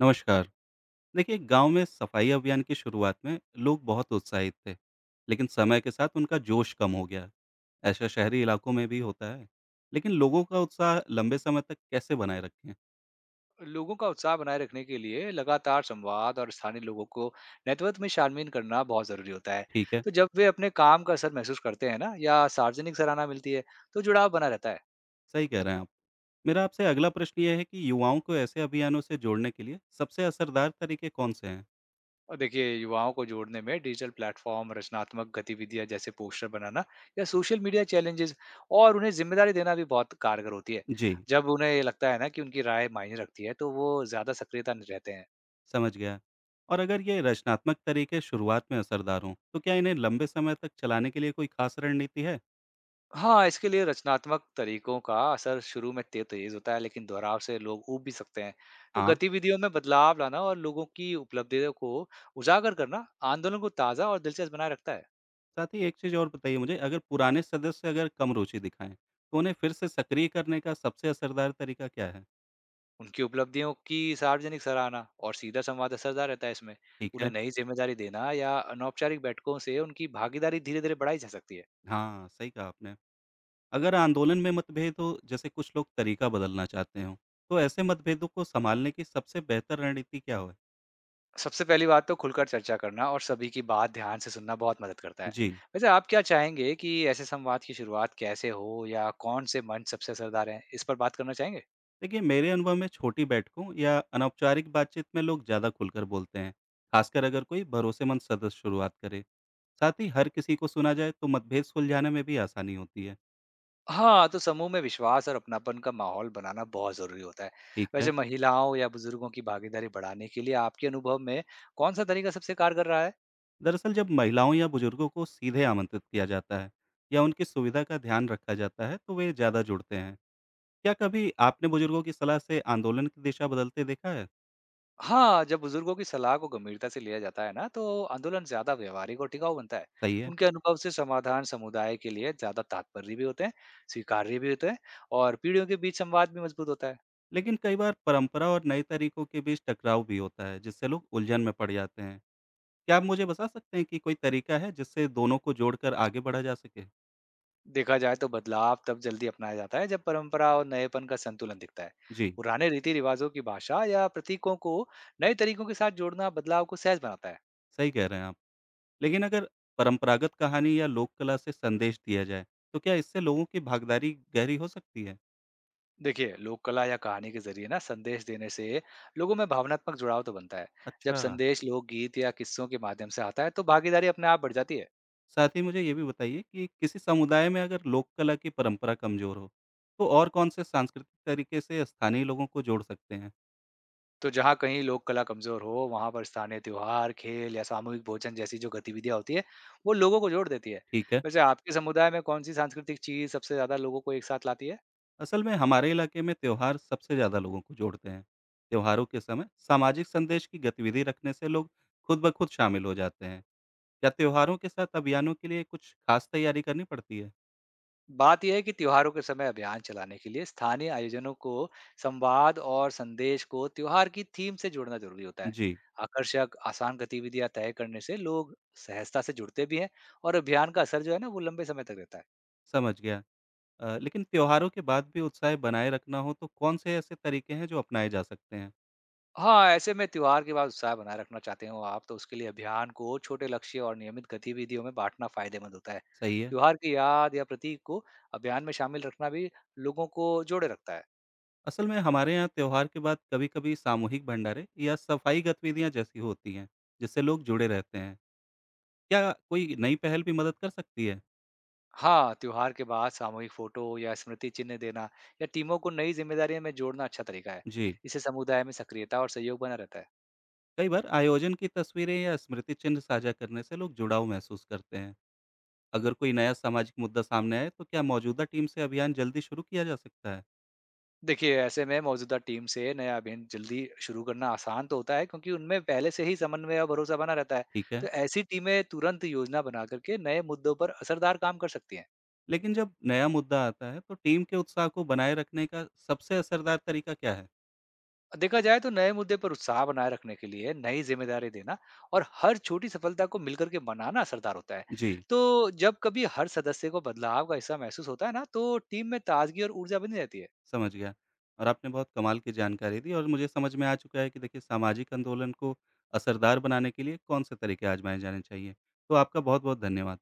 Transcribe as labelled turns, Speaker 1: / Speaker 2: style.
Speaker 1: नमस्कार। देखिए, गाँव में सफाई अभियान की शुरुआत में लोग बहुत उत्साहित थे, लेकिन समय के साथ उनका जोश कम हो गया। ऐसा शहरी इलाकों में भी होता है, लेकिन लोगों का उत्साह लंबे समय तक कैसे बनाए रखें?
Speaker 2: लोगों का उत्साह बनाए रखने के लिए लगातार संवाद और स्थानीय लोगों को नेतृत्व में शामिल करना बहुत ज़रूरी होता है।
Speaker 1: ठीक है।
Speaker 2: तो जब वे अपने काम का असर महसूस करते हैं ना, या सार्वजनिक सराहना मिलती है, तो जुड़ाव बना रहता है।
Speaker 1: सही कह रहे हैं आप। मेरा आपसे अगला प्रश्न ये है कि युवाओं को ऐसे अभियानों से जोड़ने के लिए सबसे असरदार तरीके कौन-से हैं?
Speaker 2: और देखिए, युवाओं को जोड़ने में डिजिटल प्लेटफॉर्म, रचनात्मक गतिविधियाँ जैसे पोस्टर बनाना या सोशल मीडिया चैलेंजेस और उन्हें जिम्मेदारी देना भी बहुत कारगर होती है।
Speaker 1: जी,
Speaker 2: जब उन्हें लगता है ना, कि उनकी राय मायने रखती है, तो वो ज़्यादा सक्रियता रहते हैं।
Speaker 1: समझ गया। और अगर ये रचनात्मक तरीके शुरुआत में असरदार हों, तो क्या इन्हें लंबे समय तक चलाने के लिए कोई खास रणनीति है?
Speaker 2: हाँ, इसके लिए रचनात्मक तरीकों का असर शुरू में ते तेज होता है, लेकिन दोहराव से लोग ऊब भी सकते हैं। तो
Speaker 1: हाँ।
Speaker 2: गतिविधियों में बदलाव लाना और लोगों की उपलब्धियों को उजागर करना आंदोलन को ताज़ा और दिलचस्प बनाए रखता है।
Speaker 1: साथ ही एक चीज़ और बताइए मुझे, अगर पुराने सदस्य अगर कम रुचि दिखाएँ, तो उन्हें फिर से सक्रिय करने का सबसे असरदार तरीका क्या है?
Speaker 2: उनकी उपलब्धियों की सार्वजनिक सराहना और सीधा संवाद असरदार रहता है इसमें।
Speaker 1: ठीक
Speaker 2: उन्हें
Speaker 1: है।
Speaker 2: नई जिम्मेदारी देना या अनौपचारिक बैठकों से उनकी भागीदारी धीरे-धीरे बढ़ाई जा सकती है।
Speaker 1: हाँ, सही कहा आपने। अगर आंदोलन में मतभेद हो, जैसे कुछ लोग तरीका बदलना चाहते हों, तो ऐसे मतभेदों को सँभालने की सबसे बेहतर रणनीति क्या हो?
Speaker 2: सबसे पहली बात तो खुलकर चर्चा करना और सभी की बात ध्यान से सुनना बहुत मदद करता है।
Speaker 1: जी।
Speaker 2: वैसे आप क्या चाहेंगे, कि ऐसे संवाद की शुरुआत कैसे हो या कौन से मंच सबसे असरदार हैं? इस पर बात करना चाहेंगे?
Speaker 1: देखिए, मेरे अनुभव में छोटी बैठकों या अनौपचारिक बातचीत में लोग ज़्यादा खुलकर बोलते हैं, खासकर अगर कोई भरोसेमंद सदस्य शुरुआत करे। साथ ही हर किसी को सुना जाए, तो मतभेद सुलझाने में भी आसानी होती है।
Speaker 2: हाँ, तो समूह में विश्वास और अपनापन का माहौल बनाना बहुत ज़रूरी होता है।
Speaker 1: ठीक है।
Speaker 2: वैसे महिलाओं या बुजुर्गों की भागीदारी बढ़ाने के लिए आपके अनुभव में कौन सा तरीका सबसे कारगर रहा है?
Speaker 1: दरअसल जब महिलाओं या बुजुर्गों को सीधे आमंत्रित किया जाता है या उनकी सुविधा का ध्यान रखा जाता है, तो वे ज्यादा जुड़ते हैं। क्या कभी आपने बुजुर्गों की सलाह से आंदोलन की दिशा बदलते देखा है?
Speaker 2: हाँ, जब बुजुर्गों की सलाह को गंभीरता से लिया जाता है ना, तो आंदोलन ज़्यादा व्यावहारिक और टिकाऊ बनता है।
Speaker 1: सही है।
Speaker 2: उनके अनुभव से समाधान समुदाय के लिए ज़्यादा तात्पर्य भी होते हैं, स्वीकार्य भी होते हैं, और पीढ़ियों के बीच संवाद भी मजबूत होता है।
Speaker 1: लेकिन कई बार परंपरा और नए तरीकों के बीच टकराव भी होता है, जिससे लोग उलझन में पड़ जाते हैं। क्या आप मुझे बता सकते हैं कि कोई तरीका है जिससे दोनों को जोड़कर आगे बढ़ा जा सके?
Speaker 2: देखा जाए तो बदलाव तब जल्दी अपनाया जाता है, जब परंपरा और नएपन का संतुलन दिखता है।
Speaker 1: जी।
Speaker 2: पुराने रीति रिवाजों की भाषा या प्रतीकों को नए तरीकों के साथ जोड़ना बदलाव को सहज बनाता है।
Speaker 1: सही कह रहे हैं आप। लेकिन अगर परंपरागत कहानी या लोक कला से संदेश दिया जाए, तो क्या इससे लोगों की भागीदारी गहरी हो सकती है?
Speaker 2: देखिए, लोक कला या कहानी के जरिए ना, संदेश देने से लोगों में भावनात्मक जुड़ाव तो बनता है। जब
Speaker 1: अच्छा।
Speaker 2: संदेश लोकगीत या किस्सों के माध्यम से आता है, तो भागीदारी अपने आप बढ़ जाती है।
Speaker 1: साथ ही मुझे ये भी बताइए कि किसी समुदाय में अगर लोक कला की परंपरा कमजोर हो, तो और कौन से सांस्कृतिक तरीके से स्थानीय लोगों को जोड़ सकते हैं?
Speaker 2: तो जहाँ कहीं लोक कला कमजोर हो, वहां पर स्थानीय त्योहार, खेल या सामूहिक भोजन जैसी जो गतिविधियां होती है, वो लोगों को जोड़ देती है।
Speaker 1: ठीक है।
Speaker 2: वैसे आपके समुदाय में कौन सी सांस्कृतिक चीज सबसे ज्यादा लोगों को एक साथ लाती है?
Speaker 1: असल में हमारे इलाके में त्योहार सबसे ज्यादा लोगों को जोड़ते हैं। त्योहारों के समय सामाजिक संदेश की गतिविधि रखने से लोग खुद ब खुद शामिल हो जाते हैं। क्या त्योहारों के साथ अभियानों के लिए कुछ खास तैयारी करनी पड़ती है?
Speaker 2: बात यह है कि त्योहारों के समय अभियान चलाने के लिए स्थानीय आयोजनों को, संवाद और संदेश को त्योहार की थीम से जोड़ना जरूरी होता है।
Speaker 1: जी,
Speaker 2: आकर्षक, आसान गतिविधियां तय करने से लोग सहजता से जुड़ते भी हैं, और अभियान का असर जो है ना, वो लंबे समय तक रहता है।
Speaker 1: समझ गया। लेकिन त्योहारों के बाद भी उत्साह बनाए रखना हो, तो कौन से ऐसे तरीके हैं जो अपनाए जा सकते हैं?
Speaker 2: हाँ, ऐसे में त्योहार के बाद उत्साह बनाए रखना चाहते हो आप, तो उसके लिए अभियान को छोटे लक्ष्य और नियमित गतिविधियों में बांटना फायदेमंद होता है।
Speaker 1: सही है।
Speaker 2: त्योहार की याद या प्रतीक को अभियान में शामिल रखना भी लोगों को जोड़े रखता है।
Speaker 1: असल में हमारे यहाँ त्योहार के बाद कभी कभी सामूहिक भंडारे या सफाई गतिविधियाँ जैसी होती हैं, जिससे लोग जुड़े रहते हैं। क्या कोई नई पहल भी मदद कर सकती है?
Speaker 2: हाँ, त्योहार के बाद सामूहिक फोटो या स्मृति चिन्ह देना या टीमों को नई जिम्मेदारियों में जोड़ना अच्छा तरीका है।
Speaker 1: जी।
Speaker 2: इससे समुदाय में सक्रियता और सहयोग बना रहता है।
Speaker 1: कई बार आयोजन की तस्वीरें या स्मृति चिन्ह साझा करने से लोग जुड़ाव महसूस करते हैं। अगर कोई नया सामाजिक मुद्दा सामने आए, तो क्या मौजूदा टीम से अभियान जल्दी शुरू किया जा सकता है?
Speaker 2: देखिए, ऐसे में मौजूदा टीम से नया अभियान जल्दी शुरू करना आसान तो होता है, क्योंकि उनमें पहले से ही समन्वय और भरोसा बना रहता है।
Speaker 1: ठीक है।
Speaker 2: तो ऐसी टीमें तुरंत योजना बना करके नए मुद्दों पर असरदार काम कर सकती हैं।
Speaker 1: लेकिन जब नया मुद्दा आता है, तो टीम के उत्साह को बनाए रखने का सबसे असरदार तरीका क्या है?
Speaker 2: देखा जाए तो नए मुद्दे पर उत्साह बनाए रखने के लिए नई जिम्मेदारी देना और हर छोटी सफलता को मिलकर के मनाना असरदार होता है।
Speaker 1: जी,
Speaker 2: तो जब कभी हर सदस्य को बदलाव का हिस्सा महसूस होता है ना, तो टीम में ताजगी और ऊर्जा बनी रहती है।
Speaker 1: समझ गया। और आपने बहुत कमाल की जानकारी दी, और मुझे समझ में आ चुका है कि देखिए सामाजिक आंदोलन को असरदार बनाने के लिए कौन से तरीके आज़माए जाने चाहिए। तो आपका बहुत-बहुत धन्यवाद।